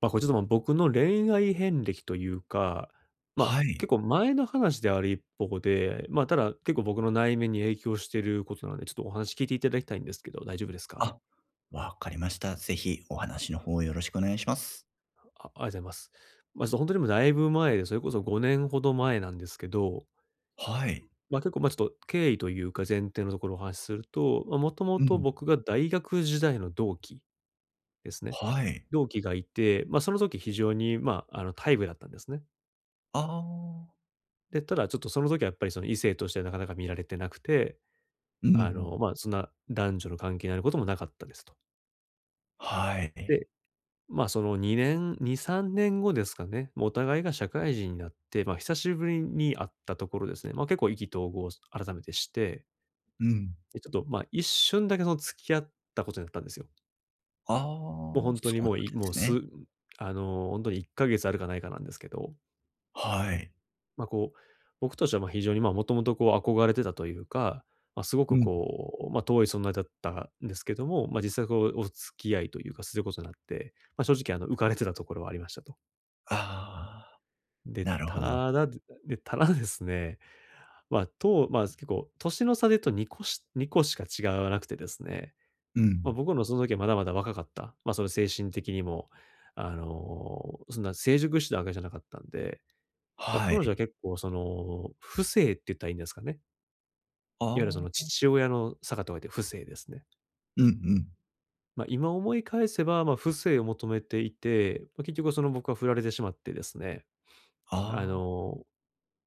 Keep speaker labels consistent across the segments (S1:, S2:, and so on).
S1: これちょっと、僕の恋愛遍歴というか、まあ、
S2: はい。
S1: 結構前の話である一方で、ただ結構僕の内面に影響していることなので、ちょっとお話聞いていただきたいんですけど、大丈夫ですか？
S2: あ、わかりました。ぜひお話の方よろしくお願いします。
S1: あ、ありがとうございます。まあ、ちょっと本当にもうだいぶ前で、それこそ5年ほど前なんですけど、
S2: はい。
S1: まあ、結構、ちょっと経緯というか、前提のところをお話しすると、もとも
S2: う
S1: と
S2: ん。
S1: 僕が大学時代の同期ですね。
S2: はい。
S1: 同期がいて、まあ、その時非常に、タイプだったんですね。
S2: ああ。
S1: で、ただちょっとその時はやっぱりその異性としてなかなか見られてなくて、
S2: うん。
S1: まあ、そんな男女の関係になることもなかったですと。
S2: はい。
S1: で、まあ、その2、3年後ですかね、もうお互いが社会人になって、まあ、久しぶりに会ったところですね、まあ、結構意気投合を改めてして、
S2: うん。
S1: で、ちょっと、まあ、一瞬だけその付き合ったことになったんですよ。
S2: ああ、
S1: もう本当
S2: そ
S1: に
S2: うなん
S1: も
S2: で
S1: う、いもう
S2: す
S1: す
S2: ね。
S1: あの、ほんに1ヶ月あるかないかなんですけど。
S2: はい。
S1: まあ、こう、僕としては、非常に、もともと、憧れてたというか、まあ、すご
S2: う
S1: く、
S2: ん。
S1: 遠い存在だったんですけども、まあ、実際、お付き合いというか、することになって、まあ、正直、浮かれてたところはありましたと。
S2: ああ、
S1: で、
S2: なるほど。
S1: ただでただですね、まあ、結構年の差で言うと2個しか違わなくてですね、
S2: う
S1: ま
S2: ん。
S1: あ、その時はまだまだ若かった、まあ、その精神的にも、そんな成熟してたわけじゃなかったんで、まあ、
S2: は
S1: 彼女は
S2: い。
S1: 結構、不正って言ったらいいんですかね。いわゆるそ
S2: あ
S1: の
S2: あ。
S1: 父親の坂と書いて父性ですね。
S2: うんうん。
S1: 今思い返せば、まあ、父性を求めていて、まあ、結局その僕は振られてしまってですね、あ
S2: ああ、
S1: の、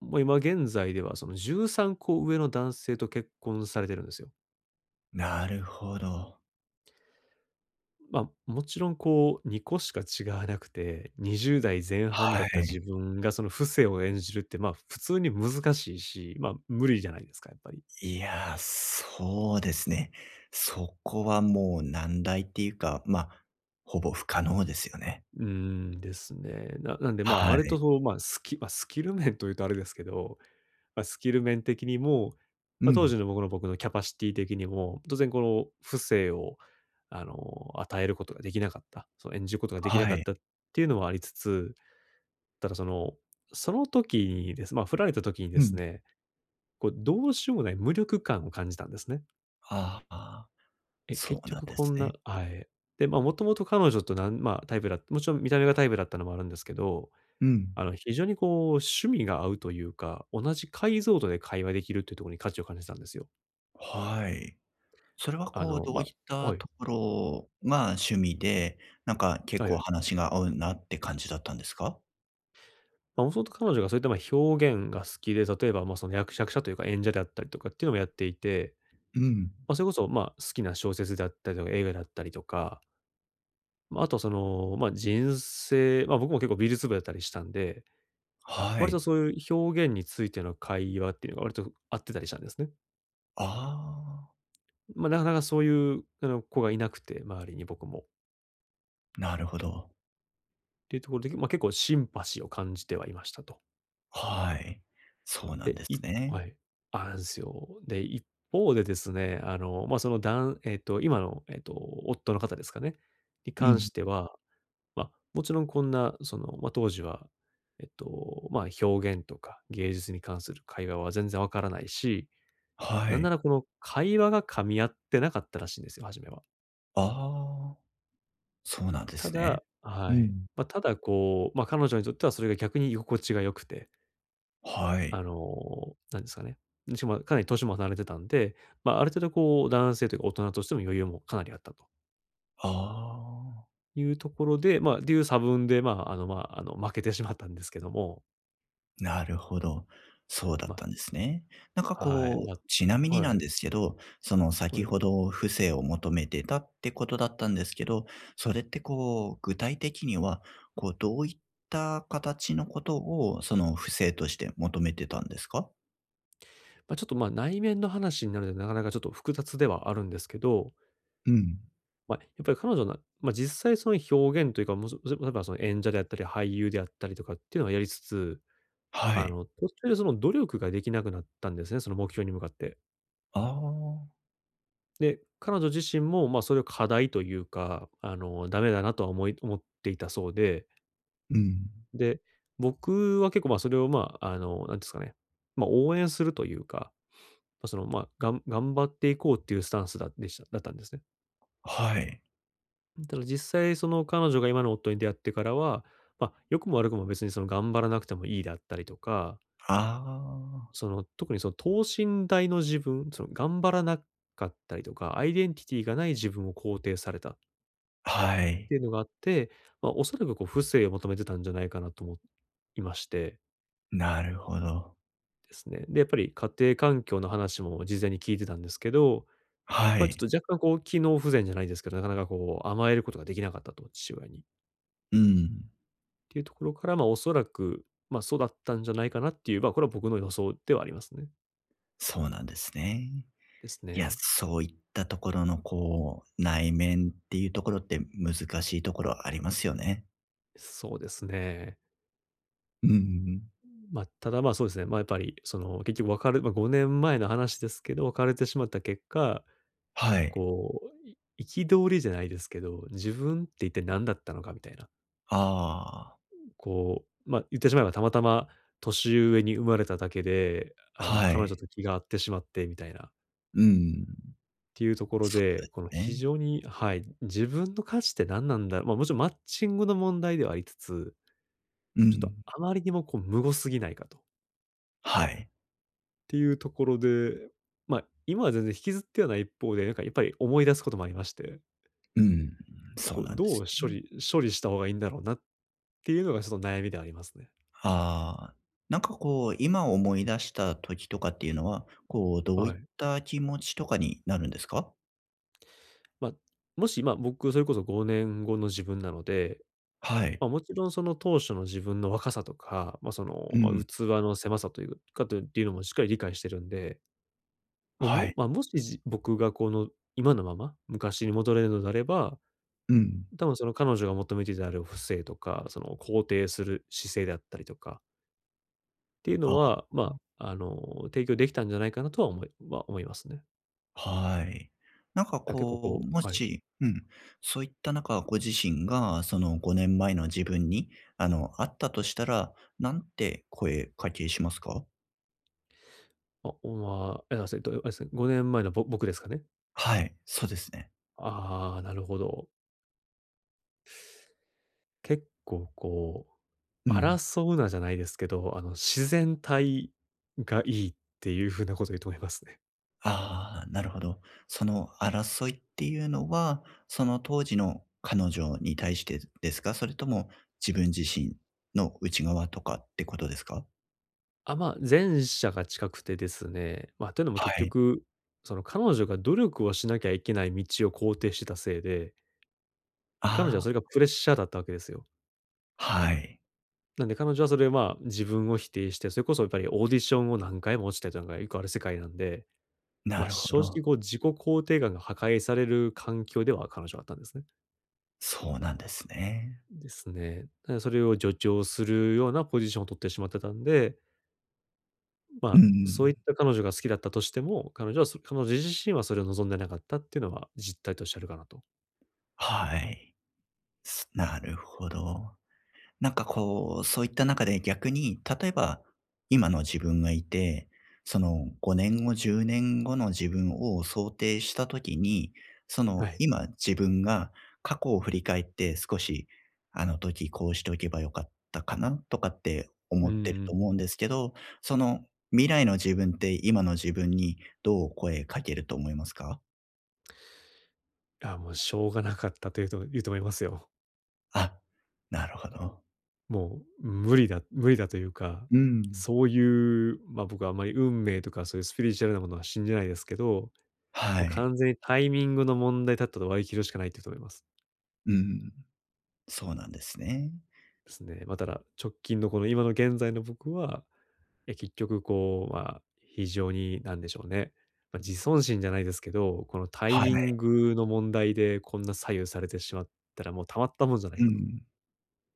S1: もう今現在ではその13個上の男性と結婚されてるんですよ。
S2: なるほど。
S1: もちろんこう2個しか違わなくて、20代前半だっ
S2: は
S1: た自
S2: い。
S1: 分がその不正を演じるって、普通に難しいし、無理じゃないですか、やっぱり。
S2: いや、そうですね。そこはもう難題っていうか、まあ、ほぼ不可能ですよね。
S1: うーん、ですね。ななんで、ま、ああ
S2: は
S1: れ
S2: い。
S1: とそう、ま、スキまあ、スキル面というとあれですけど、まあ、スキル面的にも、
S2: う
S1: まあ、当
S2: ん。
S1: 時の僕のキャパシティ的にも、当然この不正を、あの、与えることができなかった、その演じることができな
S2: は
S1: かっ
S2: い。
S1: たっていうのはありつつ、ただその、その時にですまあ、振られた時にで
S2: う
S1: す
S2: ん。
S1: ね、こうどうしようもない無力感を感じたんですね。
S2: ああ、
S1: え、
S2: そ
S1: 結
S2: うなん
S1: 局
S2: で
S1: こ
S2: す
S1: んな
S2: ね。
S1: はい。で、まあ、もともと彼女となんまあ、タイプだもちろん見た目がタイプだったのもあるんですけど、
S2: うん。
S1: あの、非常にこう趣味が合うというか、同じ解像度で会話できるっていうところに価値を感じたんですよ。
S2: はい。それは
S1: あ
S2: こう、
S1: の、
S2: どう
S1: ま
S2: いった
S1: はい、
S2: ところが趣味で、なんか結
S1: はい
S2: 構
S1: はい。
S2: 話が合うなって感じだったんですか？
S1: もともと彼女がそういった、表現が好きで、例えば、役者というか演者であったりとかっていうのもやっていて、
S2: うん。
S1: それこそ、好きな小説であったりとか映画だったりとか、あと、僕も結構美術部だったりしたんで、
S2: は
S1: 割と
S2: い。
S1: そういう表現についての会話っていうのが割と合ってたりしたんですね。
S2: あ
S1: なかなかそういう、子がいなくて、周りに僕も。
S2: あ、なるほど。
S1: っていうところで、結構シンパシーを感じてはいましたと。
S2: はい。そうなん
S1: で、
S2: で
S1: い
S2: すね。
S1: はい。あるんですよ。で、一方でですね、あの、まあ、そのだんえっと、今の、夫の方ですかね、に
S2: う
S1: 関
S2: ん。
S1: しては、まあ、もちろんこんな、その、まあ、当時は、まあ、表現とか芸術に関する会話は全然わからないし、
S2: は
S1: なんな
S2: い。
S1: らこの会話が噛み合ってなかったらしいんですよ、初めは。
S2: ああ、そうなんで
S1: た
S2: すね。
S1: だ
S2: う
S1: はい。
S2: ん。
S1: まあ、ただこう、まあ、彼女にとってはそれが逆に居心地が良くて、
S2: はい。
S1: あの、なんですかね。しかもかなり年も離れてたんで、まあ、ある程度こう男性というか大人としての余裕もかなりあったと
S2: ああ。
S1: いうところで、まあ、っていう差分で、まあ、負けてしまったんですけども、
S2: なるほど。そうだっ
S1: ま
S2: たんですね。なんか
S1: あ、はい、
S2: こ
S1: ま
S2: う、ちなみ
S1: あ、
S2: に
S1: は
S2: なん
S1: い、
S2: ですけど、その
S1: は
S2: 先
S1: い。
S2: ほど不正を求めてたってことだったんですけど、それってこう、具体的には、こう、どういった形のことを、その不正として求めてたんですか？
S1: まあ、ちょっと、まあ、内面の話になるので、なかなかちょっと複雑ではあるんですけど、
S2: うん。
S1: まあ、やっぱり彼女なまあ、実際その表現というか、もう、そ例えばその演者であったり、俳優であったりとかっていうのはやりつつ、
S2: は
S1: あ
S2: い。
S1: の、途中でその努力ができなくなったんですね、その目標に向かって。
S2: ああ。
S1: で、彼女自身も、まあ、それを課題というか、あの、ダメだなとは思っていたそうで、
S2: うん。
S1: で、僕は結構、まあ、それを、まあ、あの、なんですかね、まあ、応援するというか、まあ、頑張っていこうっていうスタンスだったんですね。
S2: はい。
S1: ただ実際その彼女が今の夫に出会ってからは、まあ、良くも悪くも別にその頑張らなくてもいいだったりとか、
S2: ああ。
S1: その、特にその等身大の自分、その頑張らなかったりとか、アイデンティティがない自分を肯定された
S2: は
S1: って
S2: い。
S1: いうのがあって、まあ、おそらくこう不正を求めてたんじゃないかなと思いまして
S2: なるほど。
S1: ですね。で、やっぱり家庭環境の話も事前に聞いてたんですけど、
S2: は
S1: まあ、ち
S2: い。
S1: ょっと若干こう機能不全じゃないですけど、なかなかこう甘えることができなかったと、父親に。
S2: うん。
S1: っていうところから、まあ、おそらく、まあ、そうだったんじゃないかなっていう、まあ、これは僕の予想ではありますね。
S2: そうなんですね。
S1: です
S2: いや、
S1: ね。
S2: そういったところのこう、内面っていうところって難しいところありますよね。
S1: そうですね。
S2: うんうんうん。
S1: まあ、ただ、そうですね、やっぱりその結局別れまあ、5年前の話ですけど、別れてしまった結果
S2: はい。
S1: こう、憤りじゃないですけど、自分って一体何だったのかみたいな。
S2: ああ、
S1: まあ、言ってしまえばたまたま年上に生まれただけで、あの、
S2: は
S1: 彼女
S2: い。
S1: と気が合ってしまってみたいなっ
S2: うん。
S1: ていうところ
S2: そう
S1: で、
S2: で
S1: この
S2: す
S1: 非
S2: ね。
S1: 常にはい、自分の価値って何なんだろう、まあ、もちろんマッチングの問題ではありつつ、
S2: う
S1: ちょっと
S2: ん。
S1: あまりにもこう無語すぎないかとっ
S2: はい。
S1: ていうところで、まあ、今は全然引きずってはない一方で、なんかやっぱり思い出すこともありまして、
S2: うん。そ
S1: こ
S2: う
S1: う
S2: なんで
S1: どう
S2: すね。
S1: 処理した方がいいんだろうなっっていうのがちょっと悩みでありますね。
S2: ああ、なんかこう、今思い出した時とかっていうのは、こう、どう
S1: は
S2: いっ
S1: い。
S2: た気持ちとかになるんですか？
S1: まあ、もし、僕それこそ5年後の自分なので、
S2: はい。
S1: ま、もちろんその当初の自分の若さとか、
S2: うん。
S1: 器の狭さというかというのもしっかり理解してるんで、まあ、
S2: はい。
S1: もし、僕がこの今のまま昔に戻れるのであれば、
S2: うん。
S1: 多分その彼女が求めていたある不正とか、その肯定する姿勢であったりとかっていうの
S2: ああ。
S1: は、まあ、提供できたんじゃないかなとは思いますね。
S2: はい。なんか
S1: だから結構
S2: こ
S1: こ
S2: う、も
S1: う、はい。
S2: し、うん、そういった中、ご自身がその5年前の自分に、あの、あったとしたら、なんて声かけしますか？
S1: あ、おまあえ、あ、それと、あれですね、5年前の僕ですかね？
S2: はい、そうですね。
S1: ああ、なるほど。結構こ
S2: う
S1: う、
S2: ん。
S1: 争うなじゃないですけど、あの、自然体がいいっていう風なこと言うと思いますね。
S2: ああ、なるほど。その争いっていうのは、その当時の彼女に対してですか？それとも自分自身の内側とかってことですか？
S1: あ、まあ、前者が近くてですね、まあ、というのも結
S2: はい。
S1: 局、その彼女が努力をしなきゃいけない道を肯定してたせいで、彼女は
S2: あ
S1: それが
S2: あ、
S1: プレッシャーだったわけですよ。
S2: はい。
S1: なんで彼女はそれ、まあ、自分を否定して、それこそやっぱりオーディションを何回も落ちたりとかがよくある世界なんで、
S2: な
S1: まあ、
S2: るほ
S1: 正
S2: ど。
S1: 直こう自己肯定感が破壊される環境では彼女はあったんですね。
S2: そうなんですね。
S1: ですね。それを助長するようなポジションを取ってしまってたんで、ま
S2: うんう
S1: あ、そうい
S2: ん。
S1: った彼女が好きだったとしても、彼女自身はそれを望んでなかったっていうのは実態としてあるかなと。
S2: はい。すなるほど。なんかこう、そういった中で逆に、例えば今の自分がいて、その5年後、10年後の自分を想定した時に、その
S1: はい。
S2: 今自分が過去を振り返って少し、あの時こうしておけばよかったかなとかって
S1: うん
S2: 思
S1: う
S2: ってると
S1: んう
S2: 思う
S1: ん。
S2: んですけど、その未来の自分って今の自分にどう声かけると思いますか？
S1: あ、もうしょうがなかったというと言うと思いますよ。
S2: あ、なるほど。
S1: もう無理だ無理だというか、
S2: うん。
S1: そういう、ま、僕はあまり運命とかそういうスピリチュアルなものは信じないですけど、も
S2: は
S1: う
S2: い。
S1: 完全にタイミングの問題だったと割り切るしかないっていうと思います。
S2: うん。そうなんですね。
S1: ですね。まあ、ただ、直近のこの今の現在の僕は、結局こう、まあ、非常になんでしょうね、まあ、自尊心じゃないですけど、このタイ
S2: はい。
S1: ミングの問題でこんな左右されてしまったら、もうたまったもんじゃない
S2: う
S1: かと。
S2: ん。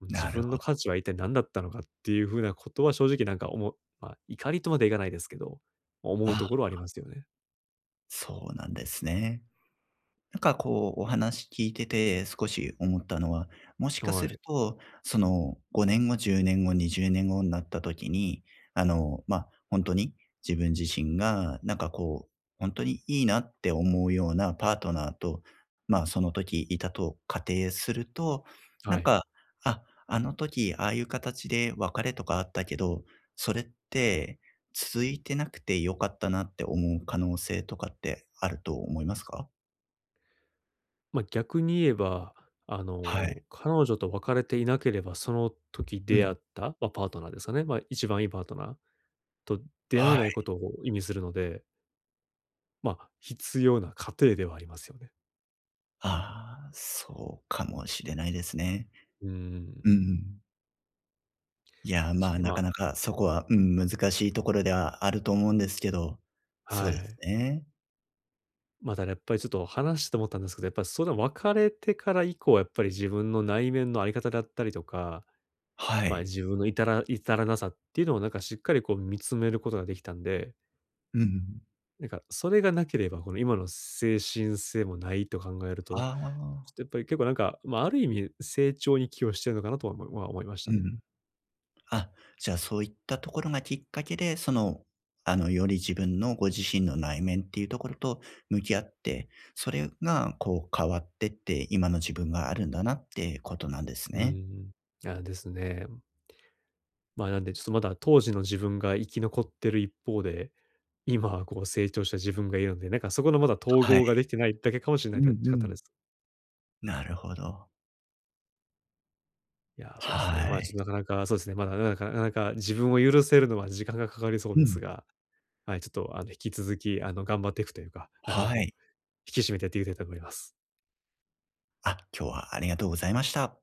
S1: もう自
S2: なる
S1: 分
S2: ほ
S1: の
S2: ど。
S1: 価値は一体何だったのかっていうふうなことは正直なんか思う、まあ、怒りとまでいかないですけど、思う
S2: あ、
S1: ところはありますよね。
S2: そうなんですね。なんかこうお話聞いてて少し思ったのは、もしか
S1: は
S2: する
S1: い。
S2: と、その5年後、10年後、20年後になった時に、あの、本当に自分自身がなんかこう、本当にいいなって思うようなパートナーと、その時いたと仮定すると、
S1: は
S2: なん
S1: い。
S2: か、あ、あの時ああいう形で別れとかあったけど、それって続いてなくて良かったなって思う可能性とかってあると思いますか？
S1: まあ、逆に言えば、あ
S2: はい。
S1: の、彼女と別れていなければ、その時
S2: う
S1: 出会
S2: ん。
S1: った、まあ、パートナーですかね、まあ、一番いいパートナーと出会わ
S2: は
S1: ない
S2: い。
S1: ことを意味するので、まあ、必要な過程ではありますよね。
S2: ああ、そうかもしれないですね。
S1: うん、
S2: うんうん。いや、
S1: 確
S2: まあ、
S1: かに、
S2: な
S1: ま
S2: かなかそこは、うん、難しいところではあると思うんですけど、
S1: あ、
S2: そ
S1: は
S2: うです
S1: い。
S2: ね。
S1: まあ、ただやっぱりちょっと話してて思ったんですけど、やっぱりそれ別れてから以降、やっぱり自分の内面の在り方だったりとか、
S2: は
S1: まあ、
S2: い。
S1: 自分の至らなさっていうのをなんかしっかりこう見つめることができたんで、
S2: うんうん。
S1: なんか、それがなければ、この今の精神性もないと考えると、
S2: ああ、
S1: ちょっとやっぱり結構なんか、まあ、ある意味成長に寄与してるのかなとは思いました
S2: う
S1: ね。
S2: ん。あ、じゃあそういったところがきっかけで、その、あの、より自分のご自身の内面っていうところと向き合って、それがこう変わってって、今の自分があるんだなってことなんです
S1: うんう
S2: ね。
S1: ん。いや、ですね。なんでちょっとまだ当時の自分が生き残ってる一方で、今はこう成長した自分がいるので、なんかそこのまだ統
S2: は
S1: 合が
S2: い。
S1: できてないだけかもしれない
S2: う
S1: っ
S2: んう
S1: て方で
S2: ん。
S1: す。
S2: なるほど。
S1: いや、そうですね。
S2: は
S1: ちょっと、
S2: い。
S1: なかなかそうですね、まだなかなか自分を許せるのは時間がかかりそう
S2: う
S1: です
S2: ん。
S1: が、はい、ちょっと、あの、引き続き、あの、頑張っていくというか、あ
S2: は
S1: の、
S2: い。
S1: 引き締めてやっていきたいと思います。
S2: あ、今日はありがとうございました。